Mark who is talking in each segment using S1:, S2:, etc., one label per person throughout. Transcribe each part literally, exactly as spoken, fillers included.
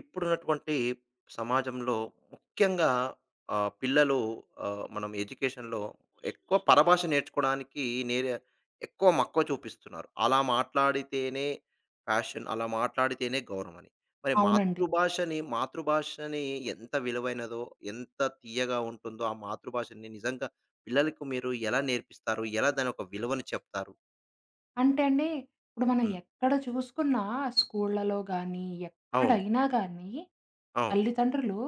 S1: ఇప్పుడున్నటువంటి సమాజంలో ముఖ్యంగా ఆహ్, పిల్లలు, ఆహ్, మనం ఎడ్యుకేషన్‌లో ఎక్కువ పరభాష నేర్చుకోవడానికి నేరే ఎక్కువ మక్కువ చూపిస్తున్నారు. అలా మాట్లాడితేనే ఫ్యాషన్, అలా మాట్లాడితేనే గౌరవమని. మరి
S2: అవునండి.
S1: మాతృభాషని, మాతృభాషని ఎంత విలువైనదో, ఎంత తీయగా ఉంటుందో, ఆ మాతృభాషని నిజంగా పిల్లలకు మీరు ఎలా నేర్పిస్తారు? ఎలా దాని ఒక విలువను చెప్తారు?
S2: అంటే అండి, ఇప్పుడు మనం
S1: హ్మ్.
S2: ఎక్కడ చూసుకున్నా స్కూళ్ళలో గానీ,
S1: అవును.
S2: ఎక్కడైనా గానీ
S1: అవును.
S2: తల్లిదండ్రులు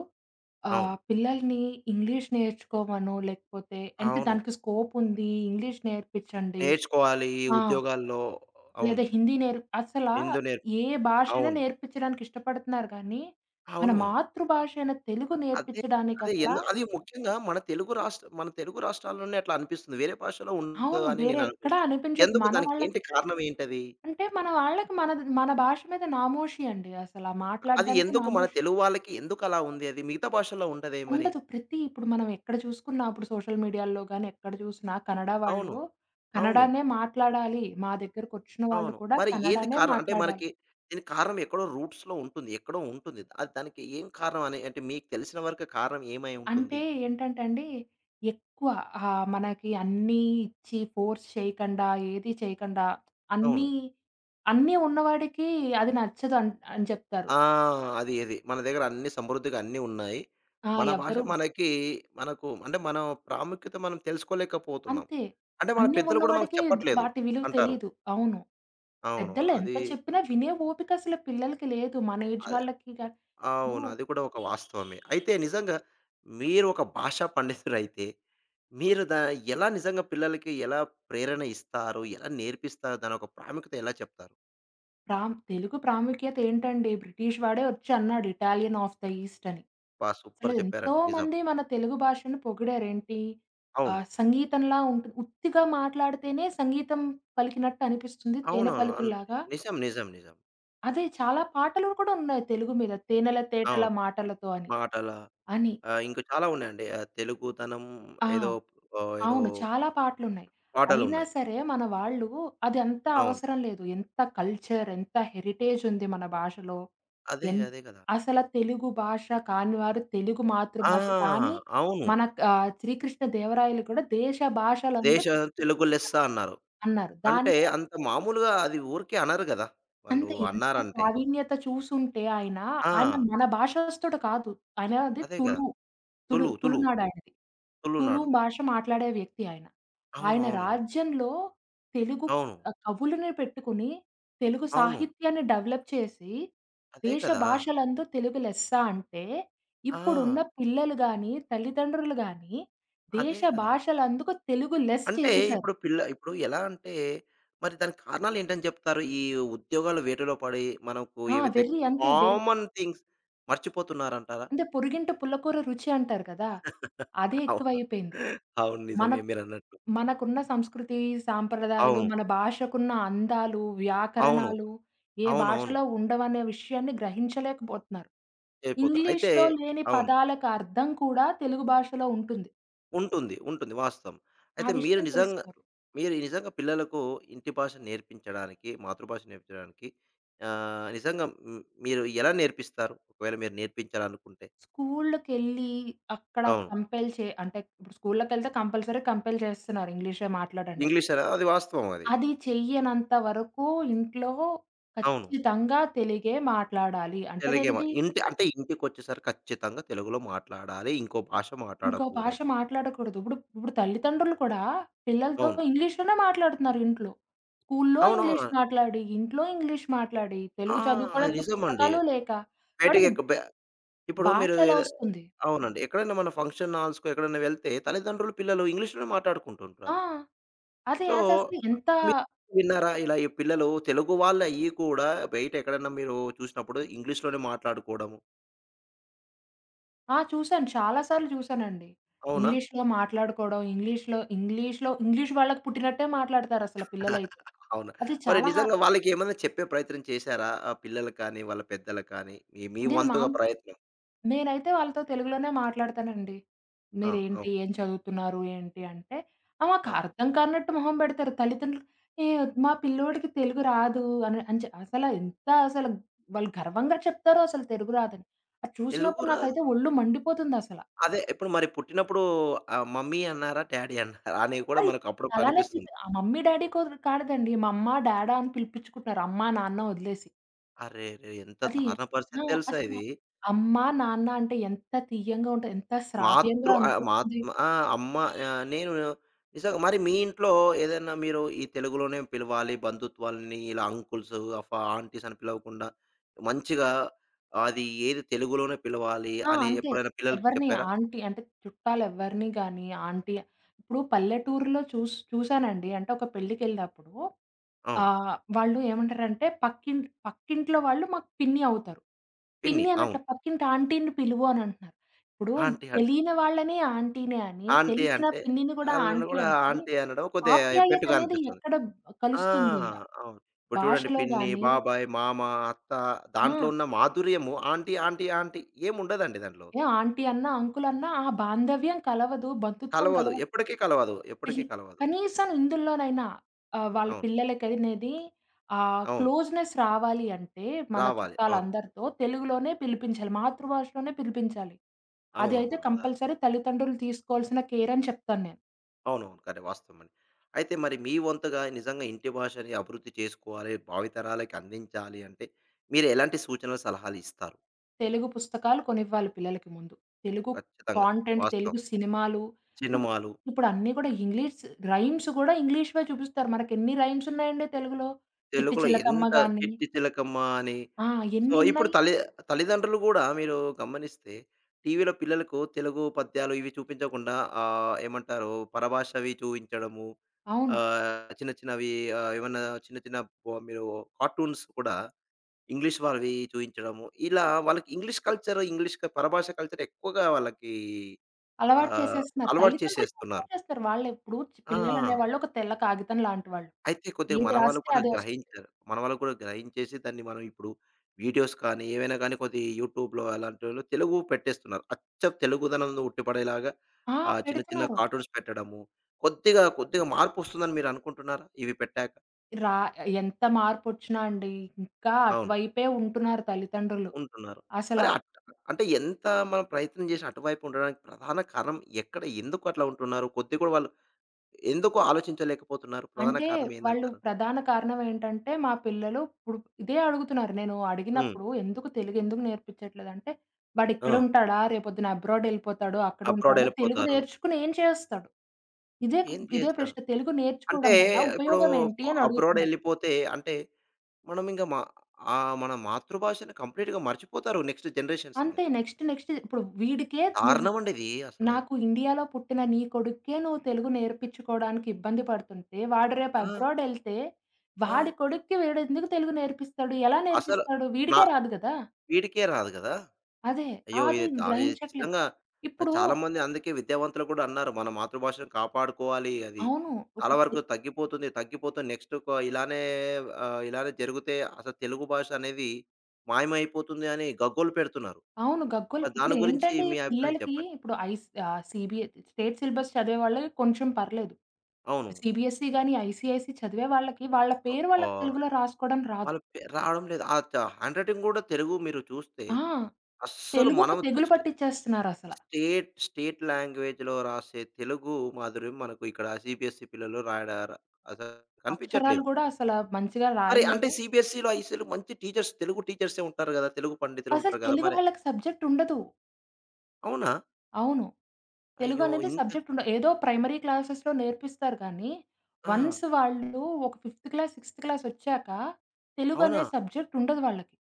S1: అవును.
S2: ఆహ్, పిల్లల్ని ఇంగ్లీష్ నేర్చుకోమనో, లేకపోతే అంటే
S1: అవును.
S2: దానికి స్కోప్ ఉంది. ఇంగ్లీష్ నేర్పించండి.
S1: నేర్చుకోవాలి.
S2: ఆ!
S1: ఉద్యోగాల్లో
S2: లేదా
S1: అవును.
S2: హిందీ నేర్ అసలా
S1: ఇందునేర్
S2: ఏ భాషైనా
S1: అవును.
S2: నేర్పించడానికి ఇష్టపడుతున్నారు గానీ, మన
S1: అవును.
S2: మాతృభాష అయిన తెలుగు
S1: అదే. అదే
S2: నేర్పించడానికసలా
S1: ఎందు అది ముఖ్యంగా మన తెలుగు రాష్ట్ర మన తెలుగు రాష్ట్రాల్లోనే అట్లా అనిపిస్తుంది. వేరే భాషలో ఉండదు
S2: అవును.
S1: అని
S2: వేరే
S1: నేను
S2: ఎక్కడా
S1: అనుకుంటాను.
S2: అనిపించదు.
S1: ఎందుకు?
S2: మన
S1: దానికి
S2: వాళ్ళకి
S1: ఏంటి కారణం ఏంటది?
S2: అంటే మన వాళ్ళకి మనది మన భాష మీద నామోషీ అండి. అసలా
S1: అది
S2: మాట్లాడడానికి
S1: ఎందుకు? మన
S2: నామోషీ.
S1: తెలుగు వాళ్ళకి ఎందుకు అలా ఉంది అది? మిగతా భాషల్లో ఉండదే మరి?
S2: ఉండదు. ప్రతి ఇప్పుడు మనం ఎక్కడ చూసుకున్నా ఇప్పుడు సోషల్ మీడియాలో గాని ఎక్కడ చూసినా కన్నడ వాళ్ళు
S1: అవును. అవును.
S2: కన్నడానే మాట్లాడాలి. మా దగ్గరకొచ్చిన వాళ్ళు
S1: అవును.
S2: కూడా
S1: మరి ఏంది
S2: కన్నడానే
S1: కారణం? అంటే
S2: మాట్లాడాలి.
S1: మనకి దీనికి కారణం ఎక్కడో రూట్స్‌లో ఉంటుంది. ఎక్కడో ఉంటుంది. అది దానికి ఏం కారణం అని అంటే మీకు తెలిసిన వరకు కారణం ఏమై
S2: అంటే
S1: ఉంటుంది?
S2: ఏంటంటే అండి ఎక్కువ ఆహ్, మనకి అన్నీ ఇచ్చి ఫోర్స్ చేయకండా, ఏది చేయకండా
S1: అవును.
S2: అన్నీ, అన్నీ ఉన్నవాడికి అది నచ్చదు అన్ అని చెప్తారు.
S1: ఆ! అది ఇది. మన దగ్గర అన్ని సమృద్ధిగా అన్నీ ఉన్నాయి.
S2: ఆ!
S1: మన భాష
S2: ఎవ్వరు
S1: మనకి, మనకు అంటే మన ప్రాముఖ్యత మనం తెలుసుకోలేకపోతున్నాం.
S2: అంతే.
S1: అంటే మన
S2: అన్నీ
S1: పెద్దలు కూడా మనకు
S2: ఉన్నవాడికి ద
S1: చెప్పట్లేదు
S2: వాటి విలువ
S1: అంటారు.
S2: తెలీదు. అవును.
S1: అవును.
S2: పెద్దలు
S1: అది
S2: ఎంత చెప్పినా వినే ఓపిక అసలు పిల్లలకి లేదు. మన ఏజ్
S1: అద్
S2: వాళ్ళకి గా ఇప్పుడు
S1: అవును. అది కూడా ఒక వాస్తవమే. అయితే నిజంగా మీరు ఒక భాషా పండితుడైతే, మీరు దా ఎలా నిజంగా పిల్లలకి ఎలా ప్రేరణ ఇస్తారు? ఎలా నేర్పిస్తారు? దాని యొక్క ప్రాముఖ్యత ఎలా చెప్తారు?
S2: ప్రాం తెలుగు ప్రాముఖ్యత ఏంటండి? బ్రిటిష్ వాడే వచ్చి అన్నాడు ఇటాలియన్ ఆఫ్ ద ఈస్ట్ అని.
S1: అబ్బా!
S2: అసలు
S1: సూపర్
S2: ఎంతో
S1: చెప్పారండి. నిజం.
S2: మంది మన తెలుగు భాషను పొగిడారు. ఏంటి?
S1: అవును.
S2: ఆహ్, సంగీతంలా ఉంటుంది. ఉత్తిగా మాట్లాడితేనే సంగీతం పలికినట్టు అనిపిస్తుంది. తేనె
S1: అవునవును. అన్
S2: పలుకుల్లాగా.
S1: నిజం. నిజం. నిజం.
S2: అదే చాలా పాటలు కూడా ఉన్నాయి తెలుగు మీద. తేనెల తేటల
S1: అవును.
S2: మాటలతో అని.
S1: మాటల
S2: అని.
S1: ఆ! ఇంకా చాలా ఉన్నాయండి. ఆహ్, తెలుగుతనం
S2: ఆ!
S1: ఏదో, ఆహ్, ఏదో
S2: అవును. చాలా పాటలున్నాయి. అయినా
S1: పాటలున్నాయి.
S2: సరే మన వాళ్ళు అది అంత
S1: అవును.
S2: అవసరం లేదు. ఎంత కల్చర్, ఎంత హెరిటేజ్ ఉంది మన భాషలో.
S1: అదే.
S2: ఎన్
S1: అదే కదా!
S2: అసల తెలుగు భాష కాని వారు తెలుగు
S1: ఆ!
S2: మాతృభాష కానీ
S1: అవును.
S2: మన ఆహ్, 'శ్రీకృష్ణ దేవరాయలు' కూడా దేశ భాషలందు
S1: 'దేశ
S2: తెలుగు
S1: తెలుగు లెస్స' అన్నారు.
S2: అన్నారు.
S1: అంటే
S2: దాన్ని
S1: అంత మామూలుగా అది ఊరికే అనరు గదా! వాళ్ళు
S2: అంతే. ఎంత
S1: అన్నారంటే.
S2: ప్రావీణ్యత చూసుంటే ఆయన, ఆయన
S1: ఆ!
S2: మన భాషస్థుడు కాదు. ఆయనది
S1: అదే కదా!
S2: తులు. తులు
S1: తులు, తులు,
S2: తులునాడాయనది. తులు
S1: తులునాడు.
S2: భాష మాట్లాడే వ్యక్తి ఆయన. ఆయన
S1: అవునవును.
S2: రాజ్యంలో తెలుగు
S1: అవును. అవును.
S2: ఆహ్, కవులని పెట్టుకొని, తెలుగు
S1: అవును. అవును.
S2: సాహిత్యాన్ని డెవలప్ చేసి,
S1: అదే
S2: దేశ
S1: కదా!
S2: భాషలందు తెలుగు లెస్స అంటే,
S1: ఆ!
S2: ఇప్పుడున్న పిల్లలు గాని, తల్లిదండ్రులు గాని,
S1: అదే
S2: దేశ
S1: కదా!
S2: భాషలందుకు తెలుగు లెస్
S1: అంటే
S2: చేసేసారు.
S1: ఇప్పుడు పిల్ల ఇప్పుడు ఎలా అంటే మరి దానికి కారణాలు ఏంటని చెప్తారు? ఈ ఉద్యోగాల వేటలో పడి మనకు
S2: ఆ!
S1: ఏవైతే
S2: వెర్రి అంతే. వెర్రి
S1: కామన్ థింగ్స్ మర్చిపోతున్నారంటారా?
S2: అంటే పొరుగింట పుల్లకూర రుచి అంటారు కదా! అదే
S1: అవును.
S2: ఎక్కువైపోయింది.
S1: అవును. నిజమే
S2: మనకు
S1: మీరన్నట్టు.
S2: మనకున్న సంస్కృతి, సాంప్రదాయాలు,
S1: అవును.
S2: మన భాషకున్న అందాలు,
S1: అవును.
S2: వ్యాకరణాలు ఏ
S1: అవునవును.
S2: భాషలో ఉండవనే విషయాన్ని గ్రహించలేకపోతున్నారు.
S1: అయిపోతున్నారు. అయితే
S2: ఇంగ్లీష్‌లో లేని
S1: అవును.
S2: పదాలకు అర్థం కూడా తెలుగు భాషలో ఉంటుంది.
S1: ఉంటుంది. ఉంటుంది. వాస్తవం.
S2: ఆ
S1: అయితే మీరు
S2: విషయం
S1: నిజంగా,
S2: తెలుసుకోరు.
S1: మీరు నిజంగా పిల్లలకు ఇంటి భాష నేర్పించడానికి, మాతృభాష నేర్పించడానికి, ఆహ్, నిజంగా హ్మ్, మీరు ఎలా నేర్పిస్తారు? ఒకవేళ మీరు నేర్పించాలనుకుంటే?
S2: స్కూళ్ళకెళ్ళి అక్కడ
S1: అవును.
S2: కంపెల్ చే అంటే ఇప్పుడు స్కూళ్ళకెళ్తే కంపల్సరీ కంపెల్ చేస్తున్నారు ఇంగ్లీషే మాట్లాడండని.
S1: ఇంగ్లీష్ అలా, అది వాస్తవం అది.
S2: అది చెయ్యనంత వరకు ఇంట్లో
S1: అవును.
S2: ఖచ్చితంగా తెలుగే మాట్లాడాలి. అంటే
S1: తెలుగే మా
S2: నేనిది
S1: ఇంటి అంటే ఇంటికొచ్చేసరికి ఖచ్చితంగా తెలుగులో మాట్లాడాలి. ఇంకో భాష
S2: ఇంకో భాష
S1: మాట్లాడకూడదు.
S2: మాట్లాడకూడదు. ఇప్పుడు ఇప్పుడు తల్లిదండ్రులు కూడా పిల్లలతో
S1: అవును.
S2: ఇంగ్లీష్‌లోనే మాట్లాడుతున్నారు ఇంట్లో. స్కూల్లో
S1: అవును.
S2: ఇంగ్లీష్ మాట్లాడి, ఇంట్లో ఇంగ్లీష్ మాట్లాడి,
S1: ఆ!
S2: తెలుగు
S1: అది
S2: చదువుకోవడానికి
S1: నిజమండి.
S2: పుస్తకాలు లేక వాడికి
S1: బయటికెక్క బ ఇప్పుడు
S2: భాష
S1: మీరు
S2: ఎలా
S1: ఏదో
S2: వస్తుంది?
S1: అవునండి. ఎక్కడైనా మన ఫంక్షన్ హాల్స్‌కో ఎక్కడైనా వెళ్తే తల్లిదండ్రులు, పిల్లలు ఇంగ్లీష్‌లోనే
S2: ఆ!
S1: మాట్లాడుకుంటుంటారు.
S2: అదే
S1: సో,
S2: అదసలు ఎంత
S1: మీరు విన్నారా? ఇలా ఈ పిల్లలు తెలుగు వాళ్ళయ్యి కూడా బయట ఎక్కడైనా మీరు చూసినప్పుడు ఇంగ్లీష్‌లోనే మాట్లాడుకోవడము.
S2: ఆ! చూసాను. చాలా సార్లు చూసానండి.
S1: అవునా?
S2: ఇంగ్లీష్‌లో ఓకే. మాట్లాడుకోవడం, ఇంగ్లీష్‌లో ఇంగ్లీష్‌లో ఇంగ్లీష్ వాళ్ళకి పుట్టినట్టే మాట్లాడతారసలు పిల్లలైతే.
S1: అవునా?
S2: అది
S1: మరి
S2: చాలా హా
S1: నిజంగా వాళ్ళకేమన్నా చెప్పే ప్రయత్నం చేశారా? ఆ పిల్లలకి కానీ, వాళ్ళ పెద్దలకి కానీ, మీ మీ
S2: నేను
S1: వంతుగా
S2: మామ్
S1: ప్రయత్నం
S2: నేనైతే వాళ్ళతో తెలుగులోనే మాట్లాడతానండి.
S1: ఆ!
S2: మీరేంటి?
S1: అవును.
S2: ఏం చదువుతున్నారు? ఏంటి? అంటే ఆహ్, మాకు
S1: ఆ!
S2: అర్థం కానట్టు మొహం పెడతారు. తల్లిదండ్రులు ఏ మా పిల్లోడికి తెలుగు రాదు అని అని చె అసలు ఎంత అసలు వాళ్ళు గర్వంగా చెప్తారో అసలు తెలుగు రాదని. అది
S1: తెలుగు
S2: చూసినప్పుడు
S1: రాదు.
S2: నాకైతే ఒళ్ళు మండిపోతుందసల.
S1: అదే ఇప్పుడు మరి పుట్టినప్పుడు ఆహ్, మమ్మీ అన్నారా? డ్యాడీ అన్నారా? అని కూడా
S2: అది
S1: మనకు అప్పుడప్పుడు
S2: అలానే
S1: అనిపిస్తుంది.
S2: పిలిపి ఆ మమ్మీ, డ్యాడీ కుద్ కాడదండి. మా అమ్మ, డాడా అని పిలిపించుకుంటున్నారు. అమ్మా, నాన్న వదిలేసి.
S1: అరెరే! ఎంత
S2: అది
S1: దారుణ
S2: ఆ!
S1: పరిస్థితి తెలుసా
S2: అసలు
S1: ఇది.
S2: అమ్మా, నాన్న అంటే ఎంత తీయంగా ఉంటది. ఎంత
S1: మాతృ
S2: శ్రావ్యంగా
S1: ఆహ్, మాత్
S2: అనిపిస్తుంది.
S1: ఆ! అమ్మ, ఆహ్, నేను నిజంగా మరి మీ ఇంట్లో ఏదైనా మీరు ఈ తెలుగులోనే పిలవాలి. బంధుత్వాలని ఇలా అంకుల్స్, అఫ ఆంటీస్ అని పిలవకుండా మంచిగా అది ఏది తెలుగులోనే పిలవాలి
S2: ఆ!
S1: అని
S2: అంతే.
S1: ఎప్పుడైనా పిల్లలకి
S2: ఎవరిని
S1: చెప్పారా?
S2: ఆంటీ అంటే చుట్టాలెవ్వరిని గాని ఆంటీ ఇప్పుడు పల్లెటూరులో చూస్ చూసానండి. అంటే ఒక పెళ్ళికెళ్ళినప్పుడు
S1: అవును.
S2: ఆహ్, వాళ్ళు ఏమంటారంటే పక్కింట్ పక్కింట్లో వాళ్ళు మాకు పిన్ని అవుతారు.
S1: పిన్ని.
S2: పిన్ని
S1: అవును.
S2: అనట్ల పక్కింటి ఆంటీని పిలువు అనంటున్నారు. ఇప్పుడు
S1: ఆంటీ అంటారు.
S2: తెలియని వాళ్ళని ఆంటీనే అని,
S1: ఆంటీ
S2: తెలిసిన
S1: అంటే,
S2: పిన్నిని కూడా
S1: ఆళ్ళని
S2: ఆంటీ
S1: గూడా
S2: అంటే
S1: ఆంటీ అనడం కొద్దిగా
S2: ఆప్యాయత
S1: ఎబ్బెట్టుగా
S2: అనేది
S1: అనిపిస్తుంది.
S2: ఎక్కడ
S1: ఆ!
S2: కలుస్తుంది?
S1: అవును. ఇప్పుడు చూడండి
S2: భాషలో
S1: పిన్ని,
S2: గాని
S1: బాబాయ్, మామ, అత్త దాంట్లో
S2: ఆ!
S1: ఉన్న మాధుర్యము, ఆంటీ, ఆంటీ, ఆంటీ ఏముండదండి దాంట్లో.
S2: ఏ ఆంటీ అన్నా, అంకుల్ అన్నా ఆ బాంధవ్యం కలవదు. బంధుత్వం
S1: కలవదు.
S2: కలవదు.
S1: ఎప్పటికీ కలవదు.
S2: పిల్
S1: ఎప్పటికీ కలవదు.
S2: కనీసం ఇందులోనైనా ఆహ్, వాళ్ళ
S1: అవును.
S2: పిల్లలకనేది ఆ
S1: అవును.
S2: క్లోజ్‌నెస్ రావాలి అంటే మన
S1: రావాలి. అవును.
S2: చుట్టాలందరితో తెలుగులోనే పిలిపించాలి. మాతృభాషలోనే పిలిపించాలి. అది అయితే
S1: అవునవును. అదే.
S2: కంపల్సరీ తల్లిదండ్రులు తీసుకోవాల్సిన కేర్ అని చెప్తాను నేను.
S1: అవునవును. కరెక్ట్, వాస్తవమండి. అయితే మరి మీ వంతుగా నిజంగా ఇంటి భాషని అభివృద్ధి చేసుకోవాలి, భావితరాలకి అందించాలి అంటే మీరు ఎలాంటి సూచనలు, సలహాలు ఇస్తారు?
S2: తెలుగు పుస్తకాలు కొనివ్వాలి పిల్లలకి ముందు. తెలుగు
S1: ఖచ్చితంగా.
S2: కాంటెంట్,
S1: వాస్తవం.
S2: తెలుగు సినిమాలు ఇప్పుడు
S1: సినిమాలు
S2: ఇప్పుడన్నీ కూడా ఇంగ్లీష్ రైమ్స్ గూడా ఇంగ్లీష్‌వే చూపిస్తారు. మనకెన్ని రైమ్స్ ఉన్నాయండి తెలుగులో. 'చిట్టి
S1: తెలుగులో
S2: చిలకమ్మ'
S1: ఎంత
S2: గాని
S1: 'చిట్టి చిలకమ్మ' అని.
S2: ఆ!
S1: సో, ఇప్పుడు
S2: ఎన్నున్నాయి.
S1: తల్లి తల్లిదండ్రులు గూడా మీరు గమనిస్తే టీవీలో పిల్లలకు తెలుగు పద్యాలు ఇవి చూపించకుండా ఆహ్, ఏమంటారు, పరభాషవి చూయించడము.
S2: అవును.
S1: ఆహ్, చిన్న చిన్నవి, ఆహ్, ఏమన్నా చిన్న చిన్న బొ మీరు కార్టూన్స్ కూడా ఇంగ్లీష్ వాళ్ళవి చూయించడము. ఇలా వాళ్ళకి ఇంగ్లీష్ కల్చర్, ఇంగ్లీష్ క- పరభాష కల్చర్ ఎక్కువగా వాళ్ళకి
S2: అలవాటు
S1: ఆహ్,
S2: చేసేస్తున్నారు.
S1: అలవాటు
S2: తల్లిదండ్రులు
S1: చేసేస్తున్నారు.
S2: అలవాటు చేస్తారు. వాళ్ళెప్పుడు చి
S1: ఆ!
S2: పిల్లలనేవాళ్ళు ఒక తెల్ల కాగితం లాంటి వాళ్ళు.
S1: అయితే కొద్దిగా
S2: ఏది
S1: మన వాళ్ళు
S2: రాస్తే
S1: కూడా
S2: అదే వస్తది.
S1: గ్రహించారు. మన వాళ్ళు కూడా గ్రహించేసి దాన్ని మనం ఇప్పుడు వీడియోస్ కానీ, ఏవైనా కానీ కొద్దిగా యూట్యూబ్‌లో అలాంటిలో తెలుగు పెట్టేస్తున్నారు. అచ్చ తెలుగుదనం ఉట్టిపడేలాగా
S2: ఆ!
S1: ఆహ్, చిన్న చిన్న
S2: పెడుతున్నారు.
S1: కార్టూన్స్ పెట్టడము. కొద్దిగా, కొద్దిగా మార్పొస్తుందని మీరు అనుకుంటున్నారా? ఇవి పెట్టాక?
S2: రా ఎంత మార్పొచ్చినా అండి, ఇంకా
S1: అవును.
S2: అటువైపే ఉంటున్నారు తల్లిదండ్రులు.
S1: ఉంటున్నారు.
S2: అసల
S1: మరి అట్ అంటే ఎంత మనం ప్రయత్నం చేసి అటువైపు ఉండడానికి ప్రధాన కారణం ఎక్కడ? ఎందుకు అట్లా ఉంటున్నారు? కొద్దిగా కూడా వాళ్ళు ఎందుకు ఆలోచించలేకపోతున్నారు? ప్రధాన
S2: అంటే
S1: కారణం
S2: వాళ్ళు
S1: ఏందంటారు?
S2: ప్రధాన కారణం ఏంటంటే, మా పిల్లలు ఇప్పుడు ఇదే అడుగుతున్నారు. నేను
S1: హ్మ్.
S2: అడిగినప్పుడు ఎందుకు తెలుగు ఎందుకు నేర్పించట్లేదంటే,
S1: ఆ!
S2: "వాడిక్కడ ఉంటాడా? రేపొద్దున అబ్రాడ్ ఎళ్ళిపోతాడు. అక్కడ
S1: అబ్రాడ్
S2: ఉంటాడు. తెలుగు
S1: ఎళ్ళిపోతారు.
S2: నేర్చుకొని ఏం చేస్తాడు? ఇదే క్
S1: ఏం
S2: ఇదే
S1: చేస్తాడు?
S2: ప్రశ్న. తెలుగు
S1: అంటే
S2: నేర్చుకోవడం వల్ల
S1: ఇప్పుడు
S2: ఉపయోగం ఏంటి?" అని
S1: అబ్రాడ్
S2: అడుగుతున్నారు.
S1: ఎళ్ళిపోతే అంటే మనం ఇంక మా ఆహ్, మన మాతృభాషను కంప్లీట్‌గా మర్చిపోతారు నెక్స్ట్ జనరేషన్స్ ఇంక.
S2: అంతే. నెక్స్ట్ నెక్స్ట్ ఇప్పుడు వీడికే నువ్వు
S1: దారుణం అండి ఇది అసలు.
S2: నాకు ఇండియాలో పుట్టిన నీ కొడుక్కే నువ్వు తెలుగు నేర్పించుకోవడానికి ఇబ్బంది పడుతుంటే, వాడు రేపు
S1: ఆ!
S2: అబ్రాడెళ్తే
S1: ఆ!
S2: వాడి కొడుక్కి వీడెందుకు తెలుగు నేర్పిస్తాడు? ఎలా
S1: అసలు
S2: నేర్పిస్తాడు?
S1: నా
S2: వీడికే రాదు గదా!
S1: వీడికే రాదు గదా!
S2: అదే.
S1: అయ్యో!
S2: అది
S1: ఇది దా ఇది
S2: గ్రహించట్లేదు.
S1: నిజంగా
S2: ఇప్పుడు
S1: చాలా మంది అందుకే విద్యావంతులు కూడా అన్నారు. మన మాతృభాషను కాపాడుకోవాలి. అది
S2: అవును.
S1: చాలా
S2: ఇప్పుడు తి
S1: వరకు తగ్గిపోతుంది. తగ్గిపోతుంది. నెక్స్ట్ ఒక ఇలానే ఆహ్, ఇలానే జరిగితే అసలు తెలుగు భాష అనేది మాయమైపోతుంది అని గగ్గోలు పెడుతున్నారు.
S2: అవును. గగ్గోలు.
S1: మరి దాని గురించి
S2: ఇప్పుడేంటంటే ఈ
S1: మీ అభిప్రాయం
S2: పిల్లలకి
S1: చెప్పండి?
S2: ఇప్పుడు ఐస్ ఆహ్, సీబీఎ స్టేట్ సిలబస్ చదివే వాళ్ళకి కొంచెం పర్లేదు.
S1: అవును.
S2: సీబీఎస్‌ఈ గాని, ఐసీఐసీ చదివే వాళ్ళకి వాళ్ళ పేరు
S1: అబ్బా!
S2: వాళ్ళకి తెలుగులో రాసుకోవడం రాదు.
S1: వాళ్ళు పె రావడం లేదు. ఆ చ హ్యాండ్ రైటింగ్ గూడా తెలుగు మీరు చూస్తే
S2: ఆ!
S1: అస్సలు
S2: తెలుగుకి
S1: మనం
S2: తెగులు
S1: జస్ట్
S2: పట్టిచ్చేస్తున్నారసల.
S1: స్టేట్ స్టేట్ లాంగ్వేజ్‌లో రాసే తెలుగు మాధుర్యం మనకు ఇక్కడ సీబీఎస్‌ఈ పిల్లలు రాయడా ర అసలు
S2: అక్షరాలు
S1: కనిపించట్లేదు.
S2: గూడా అసల మంచిగా
S1: మరి అంటే
S2: రాయలేరు.
S1: సీబీఎస్‌ఈలో అసలు మంచి టీచర్స్, తెలుగు టీచర్సే ఉంటారు గదా! తెలుగు పండితులు
S2: అసలు
S1: ఉంటారు గదా!
S2: తెలుగు
S1: మరి
S2: వాళ్ళకి సబ్జెక్ట్ ఉండదు.
S1: అవునా?
S2: అవును. తెలుగు
S1: అయ్యో!
S2: అనేది
S1: ఇంత
S2: సబ్జెక్ట్ ఉండ ఏదో ప్రైమరీ క్లాసెస్‌లో నేర్పిస్తారు గానీ,
S1: ఆ!
S2: వన్స్ వాళ్ళు ఒక ఫిఫ్త్ క్లాస్, సిక్స్త్ క్లాసొచ్చాక తెలుగు
S1: అవునా?
S2: అనే సబ్జెక్ట్ ఉండదు వాళ్ళకి.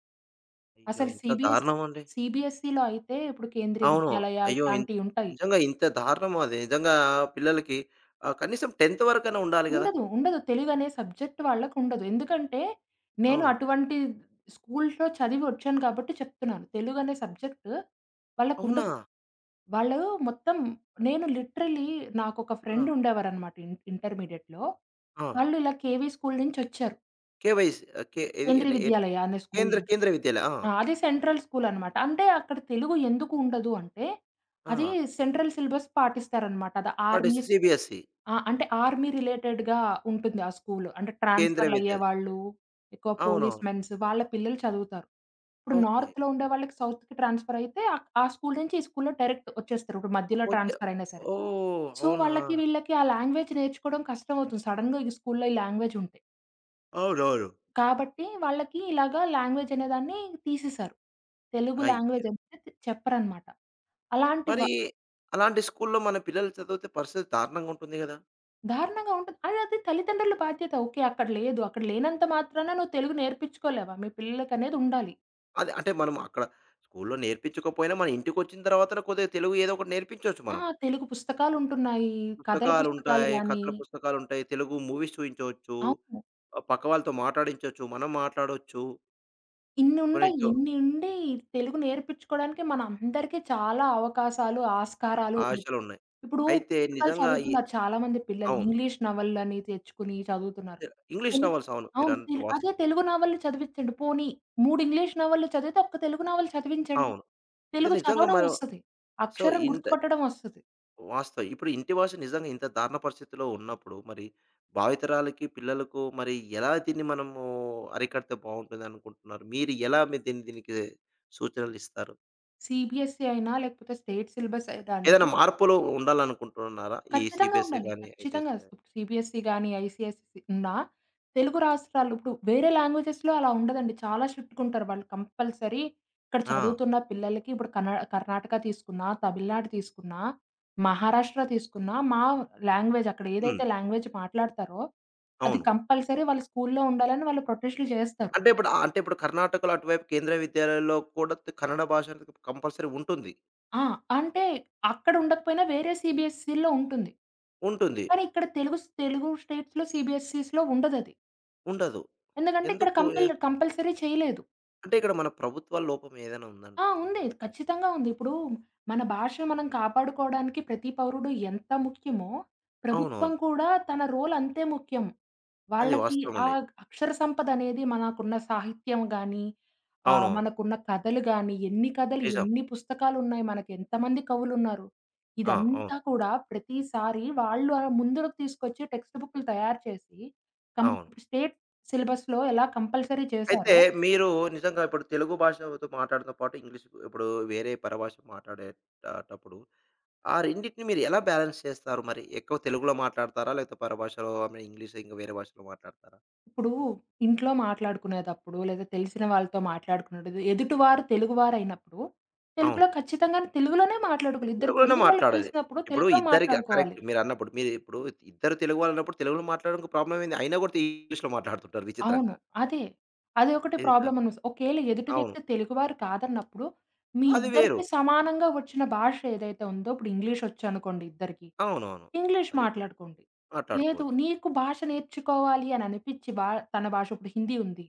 S1: అయ్యో!
S2: అసలు
S1: ఇంత
S2: సీబీఎస్
S1: దారుణం అండి.
S2: సీబీఎస్ఈలో అయితే ఇప్పుడు కేంద్రీయ
S1: అవును.
S2: విద్యాలయ
S1: అయ్యో! ఇన్
S2: ఇట్లాంటియుంటాయి.
S1: నిజంగా ఇంత దారుణమా అది? నిజంగా పిల్లలకి ఆహ్, కనీసం పదవ తరగతి వరకైనా ఉండాలి గదా!
S2: ఉండదు. ఉండదు. తెలుగనే సబ్జెక్ట్ వాళ్ళకుండదు. ఎందుకంటే, నేను
S1: అవును.
S2: అటువంటి స్కూల్స్‌లో చదివొచ్చాను కాబట్టి చెప్తున్నాను. తెలుగనే సబ్జెక్ట్
S1: అవునా!
S2: వాళ్ళకుండదు. వాళ్ళు మొత్తం నేను లిటరల్లీ నాకొక
S1: ఆ!
S2: ఫ్రెండ్ ఉండేవారనమాట ఇన్ ఇంటర్మీడియేట్‌లో.
S1: ఆ!
S2: వాళ్ళు ఇలా కేవీ స్కూల్ నుంచొచ్చారు.
S1: కేవైసీ కే
S2: కేంద్రీయ
S1: ఏది ఎ
S2: విద్యాలయ అనే స్కూల్
S1: కేంద్ర
S2: నుంచి.
S1: కేంద్ర విద్యాలయ. ఆ!
S2: ఆ! అది సెంట్రల్ స్కూలనమాట. అంటే అక్కడ తెలుగు ఎందుకు ఉండదు అంటే,
S1: ఆ!
S2: అది సెంట్రల్ సిలబస్ పాటిస్తారనమాట. అది
S1: వాట్ ఈస్
S2: ఆర్మీస్
S1: సీబీఎస్‌ఈ?
S2: ఆ! అంటే ఆర్మీ రిలేటెడ్‌గా ఉంటుంది ఆ స్కూలు. అంటే
S1: కేంద్ర విద్యాలయ.
S2: ట్రాన్స్‌ఫర్‌లయ్యేవాళ్ళు, ఎక్కువ పోలీస్
S1: అవునవును.
S2: మెన్స్ వాళ్ళ పిల్లలు చదువుతారు. ఇప్పుడు
S1: ఓకే.
S2: నార్త్‌లో ఉండే వాళ్ళకి సౌత్‌కి ట్రాన్స్‌ఫర్ అయితే ఆహ్, ఆ స్కూల్ నుంచి ఈ స్కూల్‌లో డైరెక్ట్ వచ్చేస్తారు. ఇప్పుడు మధ్యలో
S1: వచ్చే
S2: ట్రాన్స్‌ఫర్ అయినా సరే.
S1: ఓహ్!
S2: సో,
S1: అవునా!
S2: వాళ్ళకి వీళ్ళకి ఆ లాంగ్వేజ్ నేర్చుకోవడం కష్టమవుతుంది. సడెన్‌గా ఈ స్కూల్‌లో ఈ లాంగ్వేజ్ ఉంటే.
S1: అవునవును.
S2: కాబట్టి వాళ్ళకి ఇలాగా లాంగ్వేజ్ అనేదాన్ని తీసేశారు. తెలుగు
S1: అయ్యో!
S2: లాంగ్వేజ్ అనేది చెప్పరనమాట. అలాంటి వ
S1: మరి అలాంటి స్కూల్‌లో మన పిల్లలు చదివితే పరిస్థితి దారుణంగా ఉంటుంది గదా!
S2: దారుణంగా ఉంటది. అది అది తల్లిదండ్రుల బాధ్యత. ఓకే. అక్కడ లేదు. అక్కడ లేనంత మాత్రాన నువ్వు తెలుగు నేర్పించుకోలేవా? మీ పిల్లలకనేది ఉండాలి.
S1: అది అంటే మనం అక్కడ స్కూల్‌లో నేర్పించకపోయినా మన ఇంటికొచ్చిన తర్వాత కొద్దిగా తెలుగు ఏదో ఒకటి నేర్పించొచ్చు
S2: ఆ!
S1: మనం.
S2: తెలుగు పుస్తకాలుంటున్నాయి. కథల పుస్తకాలు
S1: పుస్తకాలుంటాయి,
S2: గాని
S1: కథల పుస్తకాలుంటాయి, తెలుగు మూవీస్ చూయించవచ్చు.
S2: అవును.
S1: ఆహ్, పక్క వాళ్ళతో మాట్లాడించొచ్చు. మనం మాట్లాడొచ్చు. కొన్ని
S2: ఇన్నుండయి.
S1: జో
S2: ఇన్ని ఉండి తెలుగు నేర్పించుకోవడానికి మనందరికీ చాలా అవకాశాలు, ఆస్కారాలు ఉన్నాయి.
S1: ఆశలున్నాయి.
S2: ఇప్పుడు
S1: అయితే
S2: పుస్తకాలు
S1: నిజంగా ఈ
S2: చదువుతున్నారు చాలామంది పిల్లలు.
S1: అవును.
S2: ఇంగ్లీష్ నవలని తెచ్చుకొని చదువుతున్నారు.
S1: ఇంగ్లీష్
S2: తెలు
S1: నవల్స్, అవును.
S2: అవును.
S1: మీరన్నట్టు
S2: తెలు అదే
S1: వాస్తవం.
S2: తెలుగు నవలలు చదివించండి. పోనీ మూడు ఇంగ్లీష్ నవలలు చదివితే ఒక్క తెలుగు నవల చదివించండి.
S1: అవును. అయితే
S2: తెలుగు
S1: నిజంగా
S2: చదవడం
S1: మనం
S2: వస్తది.
S1: సో,
S2: అక్షరం
S1: ఇంత
S2: గుర్తుపట్టడం వస్తది.
S1: వాస్తవం. ఇప్పుడు ఇంటి భాష నిజంగా ఇంత దారుణ పరిస్థితిలో ఉన్నప్పుడు మరి భావితరాలకి, పిల్లలకు మరి ఎలా దీన్ని మనము అరికడితే బావుంటుందనుకుంటున్నారు? మీరు ఎలా మీ దీన్ని దీనికి సూచనలిస్తారు?
S2: సీబీఎస్‌ఈ అయినా లేకపోతే స్టేట్ సిలబస్ అయినా
S1: ఏదైనా
S2: అండి
S1: మార్పులు ఉండాలనుకుంటున్నారా? ఈ
S2: ఖచ్చితంగా
S1: సీబీఎస్‌ఈ
S2: ఉండాలి.
S1: గాని,
S2: ఖచ్చితంగా.
S1: ఐసీఎస్‌ఈ?
S2: సీబీఎస్‌ఈ గాని, ఐసీఎస్‌ఈ ఉన్నా తెలుగు రాష్ట్రాలు ఇప్పుడు వేరే లాంగ్వేజెస్‌లో అలా ఉండదండి. చాలా స్ట్రిక్ట్‌గా ఉంటారు వాళ్ళు. కంపల్సరీ ఇక్కడ
S1: ఆ!
S2: చదువుతున్న పిల్లలకి ఇప్పుడు కర్ణా కర్ణాటక తీసుకున్నా, తమిళనాడు తీసుకున్నా, మహారాష్ట్ర తీసుకున్నా మా లాంగ్వేజ్ అక్కడ
S1: హ్మ్.
S2: ఏదైతే లాంగ్వేజ్ మాట్లాడతారో అది
S1: అవును.
S2: కంపల్సరీ వాళ్ళ స్కూల్లో ఉండాలని వాళ్ళు ప్రొటెస్టులు చేస్తారు.
S1: అంటే ఇప్పుడు, ఆహ్, అంటే ఇప్పుడు కర్ణాటకలో అటువైపు కేంద్రీయ విద్యాలయాల్లో కూడా త కన్నడ భాష అనేది కంపల్సరీ ఉంటుంది.
S2: ఆ! అంటే అక్కడ ఉండకపోయినా వేరే సీబీఎస్‌ఈల్లో ఉంటుంది.
S1: ఉంటుంది.
S2: కానీ ఇక్కడ తెలుగు స్ తెలుగు స్టేట్స్‌లో సీబీఎస్‌ఈస్‌లో ఉండదది.
S1: ఉండదు.
S2: ఎందుకంటే ఇక్కడ
S1: ఎందుకు ఎ
S2: కంపల్ కంపల్సరీ చేయలేదు.
S1: అంటే ఇక్కడ మన ప్రభుత్వాల లోపం ఏదైనా
S2: ఆ!
S1: ఉందంటున్నా
S2: ఉంది.
S1: అనుకుంటున్నారా?
S2: ఖచ్చితంగా ఉంది. ఇప్పుడు మన భాష మనం కాపాడుకోవడానికి ప్రతి పౌరుడు ఎంత ముఖ్యమో, ప్రభుత్వం
S1: అవునవును.
S2: కూడా తన రోల్ అంతే ముఖ్యం.
S1: అది
S2: వాళ్ళకి ఆ
S1: వాస్తవమండి.
S2: అక్షర సంపద అనేది మనకున్న సాహిత్యం గాని, ఆహ్,
S1: అవునవును.
S2: మనకున్న కథలు గాని, ఎన్ని కథలు,
S1: నిజం.
S2: ఎన్ని పుస్తకాలున్నాయి, మనకి ఎంతమంది కవులున్నారు.
S1: ఆ! అవును.
S2: ఇదంతా కూడా ప్రతిసారి వాళ్ళు అలా ముందుకు తీసుకొచ్చి టెక్స్ట్ బుక్‌లు తయారు చేసి, కం
S1: అవును.
S2: స్టేట్ సిలబస్‌లో ఎలా కంపల్సరీ
S1: అయితే
S2: చేశారో
S1: మీరు నిజంగా ఇప్పుడు తెలుగు భాషతో మాట్లాడడంతో పాటు ఇంగ్లీష్ ఇప్పుడు వేరే పరభాష మాట్లాడేటటప్పుడు ఆ రెండిటిని మీరు ఎలా బ్యాలెన్స్ చేస్తారు మరి? ఎక్కువ తెలుగులో మాట్లాడతారా? లేకపోతే పరభాషలో, ఐ మీన్, ఇంగ్లీష్ ఇంకా వేరే భాషలో మాట్లాడతారా?
S2: ఇప్పుడు ఇంట్లో మాట్లాడుకునేటప్పుడు, లేదా తెలిసిన వాళ్ళతో మాట్లాడుకునేటప్పుడు, ఎదుటివారు తెలుగువారైనప్పుడు,
S1: అవును.
S2: తెలుగులో ఖచ్చితంగా తెలుగులోనే మాట్లాడుకోవాలి. ఇద్దరు
S1: తెలుగులోనే
S2: తెలుగు వాళ్ళు
S1: మాట్లాడాలి.
S2: కలిసినప్పుడు
S1: ఇప్పుడు
S2: తెలుగులో
S1: ఇద్దరికి
S2: మాట్లాడుకోవాలి.
S1: కరెక్ట్ మీరన్నప్పుడు. మీరు ఇప్పుడు ఇద్దరు తెలుగు వాళ్ళన్నప్పుడు తెలుగులో మాట్లాడడానికి ప్రాబ్లమ్ ఏంది? అయినా కూడా ఇంగ్లీష్‌లో మాట్లాడుతుంటారు
S2: అవును.
S1: విచిత్రంగా.
S2: అదే. అదొకటి
S1: ఏదో
S2: ప్రాబ్లమ్ అనమాట. ఒకేళ ఎదుటి
S1: అవును.
S2: వ్యక్తి తెలుగువారు కాదన్నప్పుడు, మీ
S1: అది వేరు.
S2: ఇద్దరికీ సమానంగా వచ్చిన భాష ఏదైతే ఉందో, ఇప్పుడు ఇంగ్లీష్ వచ్చనుకోండి ఇద్దరికీ.
S1: అవునవును.
S2: ఇంగ్లీష్
S1: అది
S2: మాట్లాడుకోండి. లేదు
S1: మాట్లాడుకోవచ్చు.
S2: నీకు భాష నేర్చుకోవాలి అని అనిపిచ్చి భా తన భాష ఇప్పుడు హిందీ ఉంది.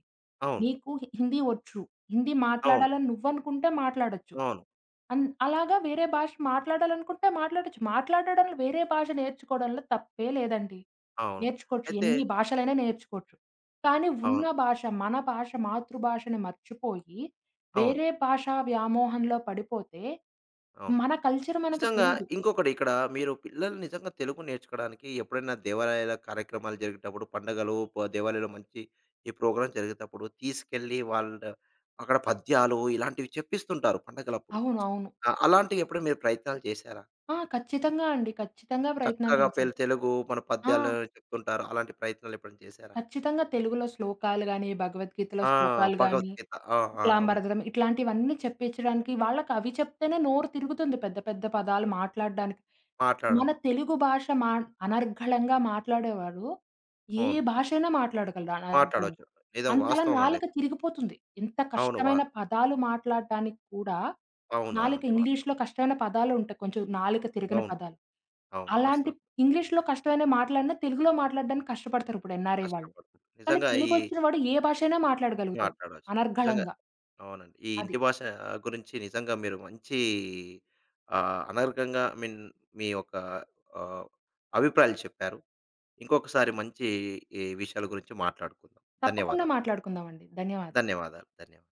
S1: అవును.
S2: నీకు హి హిందీ వచ్చు. హిందీ
S1: అవును.
S2: మాట్లాడాలని నువ్వనుకుంటే మాట్లాడొచ్చు.
S1: అవును.
S2: అన్ అలాగా వేరే భాష మాట్లాడాలనుకుంటే మాట్లాడొచ్చు. మాట్లాడడంలో వేరే భాష నేర్చుకోవడంలో తప్పే లేదండి.
S1: అవును.
S2: నేర్చుకోవచ్చు.
S1: అయితే
S2: ఎన్ని భాషలైనా నేర్చుకోవచ్చు. కానీ ఉన్న
S1: అవును.
S2: భాష మన భాష మాతృభాషని మర్చిపోయి
S1: అవును.
S2: వేరే భాషా వ్యామోహంలో పడిపోతే
S1: అవును.
S2: మన కల్చర్ మనకు
S1: నిజంగా
S2: తెలీదు.
S1: ఇంకొకటి ఇక్కడ మీరు పిల్లలు నిజంగా తెలుగు నేర్చుకోవడానికి ఎప్పుడైనా దేవాలయాల కార్యక్రమాలు జరిగేటప్పుడు పండగలు, ప దేవాలయంలో మంచి ఈ ప్రోగ్రామ్ జరిగేటప్పుడు తీసుకెళ్ళి వాళ్ళ అక్కడ పద్యాలు ఇలాంటివి చెప్పిస్తుంటారు పండగలప్పుడు.
S2: అవునవును.
S1: ఆ! అలాంటివి ఎప్పుడైనా మీరు ప్రయత్నాలు చేశారా?
S2: ఆ! ఖచ్చితంగా అండి. ఖచ్చితంగా ప్రయత్నాలు
S1: చక్కగా
S2: చేశాం.
S1: పెల్ తెలుగు మన
S2: ఆ!
S1: పద్యాలు చెప్తుంటారు. అలాంటి ప్రయత్నాలు ఎప్పుడైనా చేశారా?
S2: ఖచ్చితంగా తెలుగులో శ్లోకాలు గాని, భగవద్గీతలో
S1: ఆ!
S2: శ్లోకాలు గాని,
S1: భగవద్గీత. ఆ! ఆ! అవును.
S2: తుక్లాంబరధరం ఇట్లాంటివన్నీ చెప్పించడానికి వాళ్ళకి అవి చెప్తేనే నోరు తిరుగుతుంది పెద్ద పెద్ద పదాలు మాట్లాడడానికి. మన
S1: మాట్లాడడం.
S2: తెలుగు భాష మా అనర్గళంగా మాట్లాడేవారు ఏ
S1: అవును.
S2: భాష అయినా మాట్లాడగలరు అనర్గళంగా.
S1: మాట్లాడొచ్చు. నిజం,
S2: అంతలా
S1: వాస్తవం అండి.
S2: నాలుక తిరిగిపోతుంది. ఇంత
S1: అవును. వా
S2: కష్టమైన పదాలు మాట్లాడడానికి కూడా
S1: అవును.
S2: నాలుక
S1: అవునండి. వాస్తవం.
S2: ఇంగ్లీష్‌లో కష్టమైన పదాలుంటాయి. కొంచెం నాలుక తిరగని
S1: అవును.
S2: పదాలు.
S1: అవును.
S2: అలాంటి
S1: వాస్తవం.
S2: ఇంగ్లీష్‌లో కష్టమైన మాటలన్నా తెలుగులో మాట్లాడడానికి కష్టపడతారు ఇప్పుడు ఎన్‌ఆర్‌ఐ వాళ్ళు.
S1: కష్టపడుతుంది.
S2: కానీ
S1: నిజంగా ఈ
S2: తెలుగొచ్చిన వాడు ఏ భాష అయినా మాట్లాడగలుగుతాడు
S1: మాట్లాడొచ్చు. నిజంగా
S2: అనర్గళంగా.
S1: అవునండి. ఈ
S2: అది.
S1: ఇంటి భాష గురించి నిజంగా మీరు మంచి ఆహ్, అనర్గంగా, ఐ మీన్, మీ యొక్క, ఆహ్, అభిప్రాయాలు చెప్పారు. ఇంకొకసారి మంచి ఈ విషయాల గురించి మాట్లాడుకుందాం.
S2: తప్పకుండా
S1: ధన్యవాదాలు.
S2: మాట్లాడుకుందామండి. ధన్యవాదాలు.
S1: ధన్యవాదాలు. ధన్యవాదాలు.